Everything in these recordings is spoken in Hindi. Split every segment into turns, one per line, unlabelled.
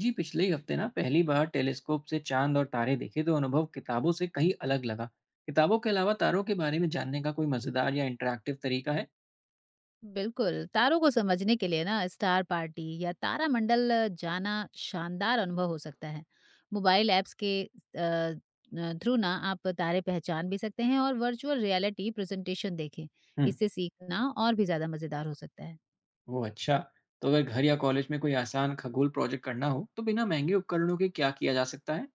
जी पिछले ही हफ्ते ना पहली बार टेलीस्कोप से चांद और तारे देखे तो अनुभव किताबों से कहीं अलग लगा। किताबों के अलावा तारों के बारे में जानने का कोई मजेदार या इंटरेक्टिव तरीका है?
बिल्कुल, तारों को समझने के लिए ना स्टार पार्टी या तारामंडल जाना शानदार अनुभव हो सकता है। मोबाइल ऐप्स के थ्रू ना आप तारे पहचान भी सकते हैं और वर्चुअल रियलिटी प्रेजेंटेशन देखें।
हम्म।
इससे सीखना और भी ज़्यादा मज़ेदार हो सकता है।
वो अच्छा। तो अगर घर या कॉलेज में कोई आसान खगोल प्रोजेक्ट करना हो तो बिना महंगे उपकरणों के क्या किया जा सकता है?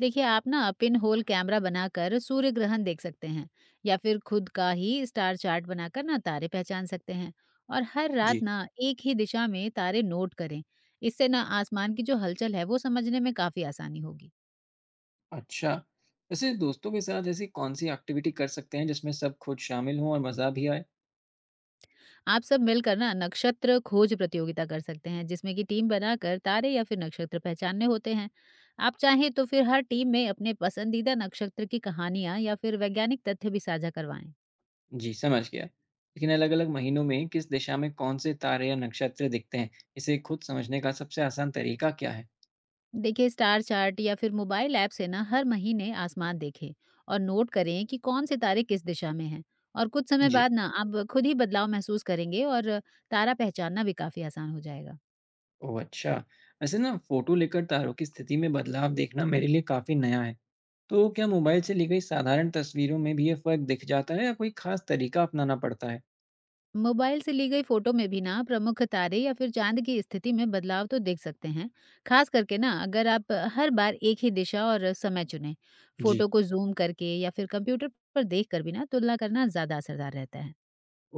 देखिए आप ना पिन होल कैमरा बनाकर सूर्य ग्रहण देख सकते हैं या फिर खुद का ही स्टार चार्ट बनाकर ना तारे पहचान सकते हैं और हर रात
जी।
ना एक ही दिशा में तारे नोट करें। इससे ना आसमान की जो हलचल है वो समझने में काफी आसानी होगी।
अच्छा। वैसे दोस्तों के साथ ऐसी कौन सी एक्टिविटी कर सकते हैं जिसमें सब खुद शामिल हों और मज़ा भी आए?
आप सब मिलकर ना नक्षत्र खोज प्रतियोगिता कर सकते हैं जिसमें कि टीम बनाकर तारे या फिर नक्षत्र पहचानने होते हैं। आप चाहें तो फिर हर टीम में अपने पसंदीदा नक्षत्र की कहानियां या फिर वैज्ञानिक तथ्य भी साझा करवाएं।
जी समझ गया, लेकिन अलग अलग महीनों में किस दिशा में कौन से तारे या नक्षत्र दिखते हैं? इसे खुद समझने का सबसे आसान तरीका क्या है?
देखिए स्टार चार्ट या फिर मोबाइल ऐप से ना हर महीने आसमान देखें और नोट करें कि कौन से तारे किस दिशा में हैं। और कुछ समय
जी।
बाद ना आप खुद ही बदलाव महसूस करेंगे और तारा पहचानना भी काफी आसान हो जाएगा।
ओह! अच्छा। वैसे ना फ़ोटो लेकर तारों की स्थिति में बदलाव देखना मेरे लिए काफ़ी नया है। तो क्या मोबाइल से ली गई साधारण तस्वीरों में भी ये फ़र्क दिख जाता है या कोई ख़ास तरीका अपनाना पड़ता है?
मोबाइल से ली गई फोटो में भी ना प्रमुख तारे या फिर चांद की स्थिति में बदलाव तो देख सकते हैं। खास करके ना अगर आप हर बार एक ही दिशा और समय चुने।
जी।
फोटो को जूम करके या फिर कंप्यूटर पर देख कर भी ना तुलना करना ज्यादा असरदार रहता है।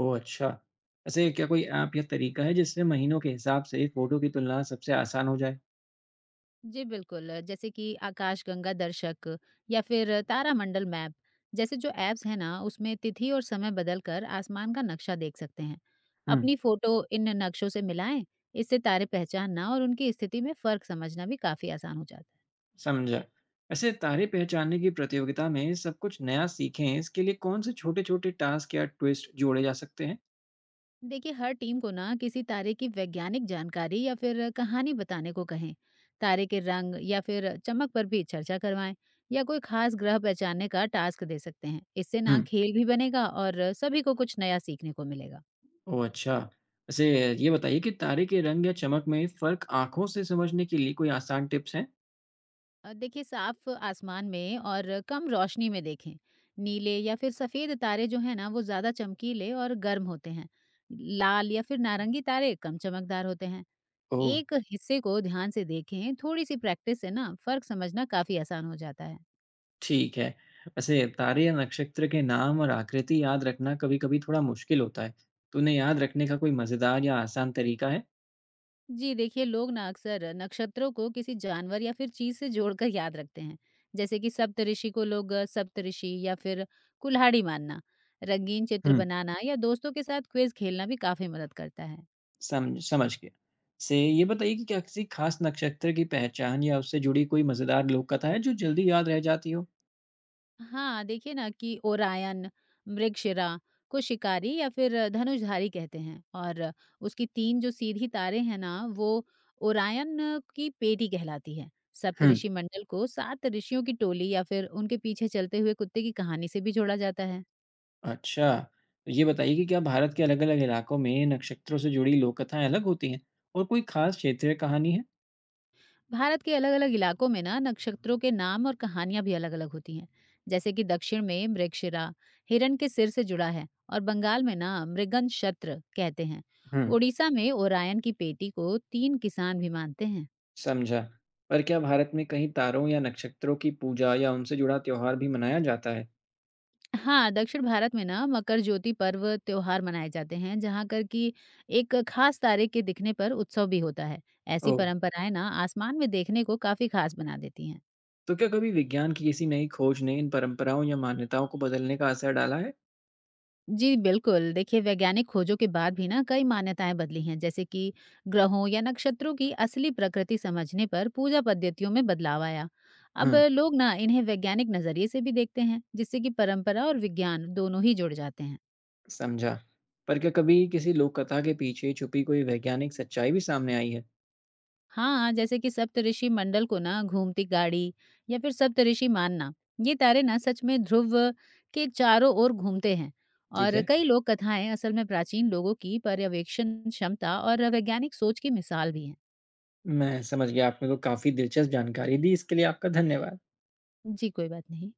ओह! अच्छा। वैसे क्या कोई ऐप या तरीका है जिससे महीनों के हिसाब से फ़ोटो की तुलना सबसे आसान हो जाए?
जी बिल्कुल, जैसे कि आकाशगंगा दर्शक या फिर तारामंडल मैप जैसे जो ऐप्स हैं ना, उसमें तिथि और समय बदलकर आसमान का नक्शा देख सकते हैं।
हुँ,
अपनी फोटो इन नक्शों से मिलाएं, इससे तारे पहचानना और उनकी स्थिति में फर्क समझना भी काफ़ी आसान हो जाता है।
समझा। वैसे तारे पहचानने की प्रतियोगिता में सब कुछ नया सीखें, इसके लिए कौन से छोटे-छोटे टास्क या ट्विस्ट जोड़े जा सकते हैं?
देखिए हर टीम को ना किसी तारे की वैज्ञानिक जानकारी या फिर कहानी बताने को कहें। तारे के रंग या फिर चमक पर भी चर्चा करवाएं या कोई खास ग्रह पहचानने का टास्क दे सकते हैं। इससे
हुँ।
ना खेल भी बनेगा और सभी को कुछ नया सीखने को मिलेगा।
ओह अच्छा। वैसे ये बताइए कि तारे के रंग या चमक में फ़र्क आँखों से समझने के लिए कोई आसान टिप्स हैं?
देखिए साफ आसमान में और कम रोशनी में देखें। नीले या फिर सफेद तारे जो हैं ना वो ज्यादा चमकीले और गर्म होते हैं। लाल या फिर नारंगी तारे कम चमकदार होते हैं।
ओह!
एक हिस्से को ध्यान से देखें। थोड़ी सी प्रैक्टिस से ना फर्क समझना काफी आसान हो जाता है।
ठीक है। वैसे तारे या नक्षत्र के नाम और आकृति याद रखना कभी-कभी थोड़ा मुश्किल होता है। तो उन्हें याद रखने का कोई मज़ेदार या आसान तरीका है?
जी देखिए लोग ना अक्सर नक्षत्रों को किसी जानवर या फिर चीज से जोड़कर याद रखते हैं। जैसे कि सप्तऋषि को लोग सप्तऋषि या फिर कुल्हाड़ी मानना। रंगीन चित्र
हुँ,
बनाना या दोस्तों के साथ क्विज खेलना भी काफी मदद करता है।
सम समझ गया। से ये बताइए कि क्या किसी ख़ास नक्षत्र की पहचान या उससे जुड़ी कोई मज़ेदार लोक कथा है जो जल्दी याद रह जाती हो?
हाँ, देखिए ना कि ओरायन, मृगशिरा को शिकारी या फिर धनुषधारी कहते हैं और उसकी 3 जो सीधी तारे हैं ना, वो ओरायन की पेटी कहलाती है।
हुँ।
सप्तऋषि मंडल को 7 ऋषियों की टोली या फिर उनके पीछे चलते हुए कुत्ते की कहानी से भी जोड़ा जाता है।
अच्छा, तो ये बताइए कि क्या भारत के अलग-अलग इलाकों में नक्षत्रों से जुड़ी लोक कथाएँ अलग होती हैं और कोई खास क्षेत्रीय कहानी है?
भारत के अलग अलग इलाकों में ना नक्षत्रों के नाम और कहानियां भी अलग अलग होती हैं। जैसे कि दक्षिण में मृगशिरा हिरण के सिर से जुड़ा है और बंगाल में ना मृगन शत्र कहते हैं।
हुँ।
उड़ीसा में ओरायन की पेटी को 3 किसान भी मानते हैं।
समझा। पर क्या भारत में कहीं तारों या नक्षत्रों की पूजा या उनसे जुड़ा त्योहार भी मनाया जाता है?
हाँ दक्षिण भारत में ना मकर ज्योति पर्व त्योहार मनाए जाते हैं जहाँ कर की एक खास तारे के दिखने पर उत्सव भी होता है। ऐसी
ओह!
परंपराएं ना आसमान में देखने को काफी खास बना देती हैं।
तो क्या कभी विज्ञान की किसी नई खोज ने इन परंपराओं या मान्यताओं को बदलने का असर डाला है?
जी, बिल्कुल। देखिए, वैज्ञानिक खोजों के बाद भी ना कई मान्यताएँ बदली हैं, जैसे कि ग्रहों या नक्षत्रों की असली प्रकृति समझने पर पूजा पद्धतियों में बदलाव आया। अब
हुँ।
लोग ना इन्हें वैज्ञानिक नज़रिए से भी देखते हैं, जिससे कि परंपरा और विज्ञान दोनों ही जुड़ जाते हैं।
समझा। पर क्या कभी किसी लोक कथा के पीछे छुपी कोई वैज्ञानिक सच्चाई भी सामने आई है?
हाँ, जैसे कि सप्तऋषि मंडल को ना घूमती गाड़ी या फिर सप्तऋषि मानना, ये तारे ना सच में ध्रुव के चारों ओर घूमते हैं
ठीक
और
है।
कई लोक कथाएँ असल में प्राचीन लोगों की पर्यवेक्षण क्षमता और वैज्ञानिक सोच की मिसाल भी हैं।
मैं समझ गया, आपने तो काफ़ी दिलचस्प जानकारी दी, इसके लिए आपका धन्यवाद।
जी, कोई बात नहीं।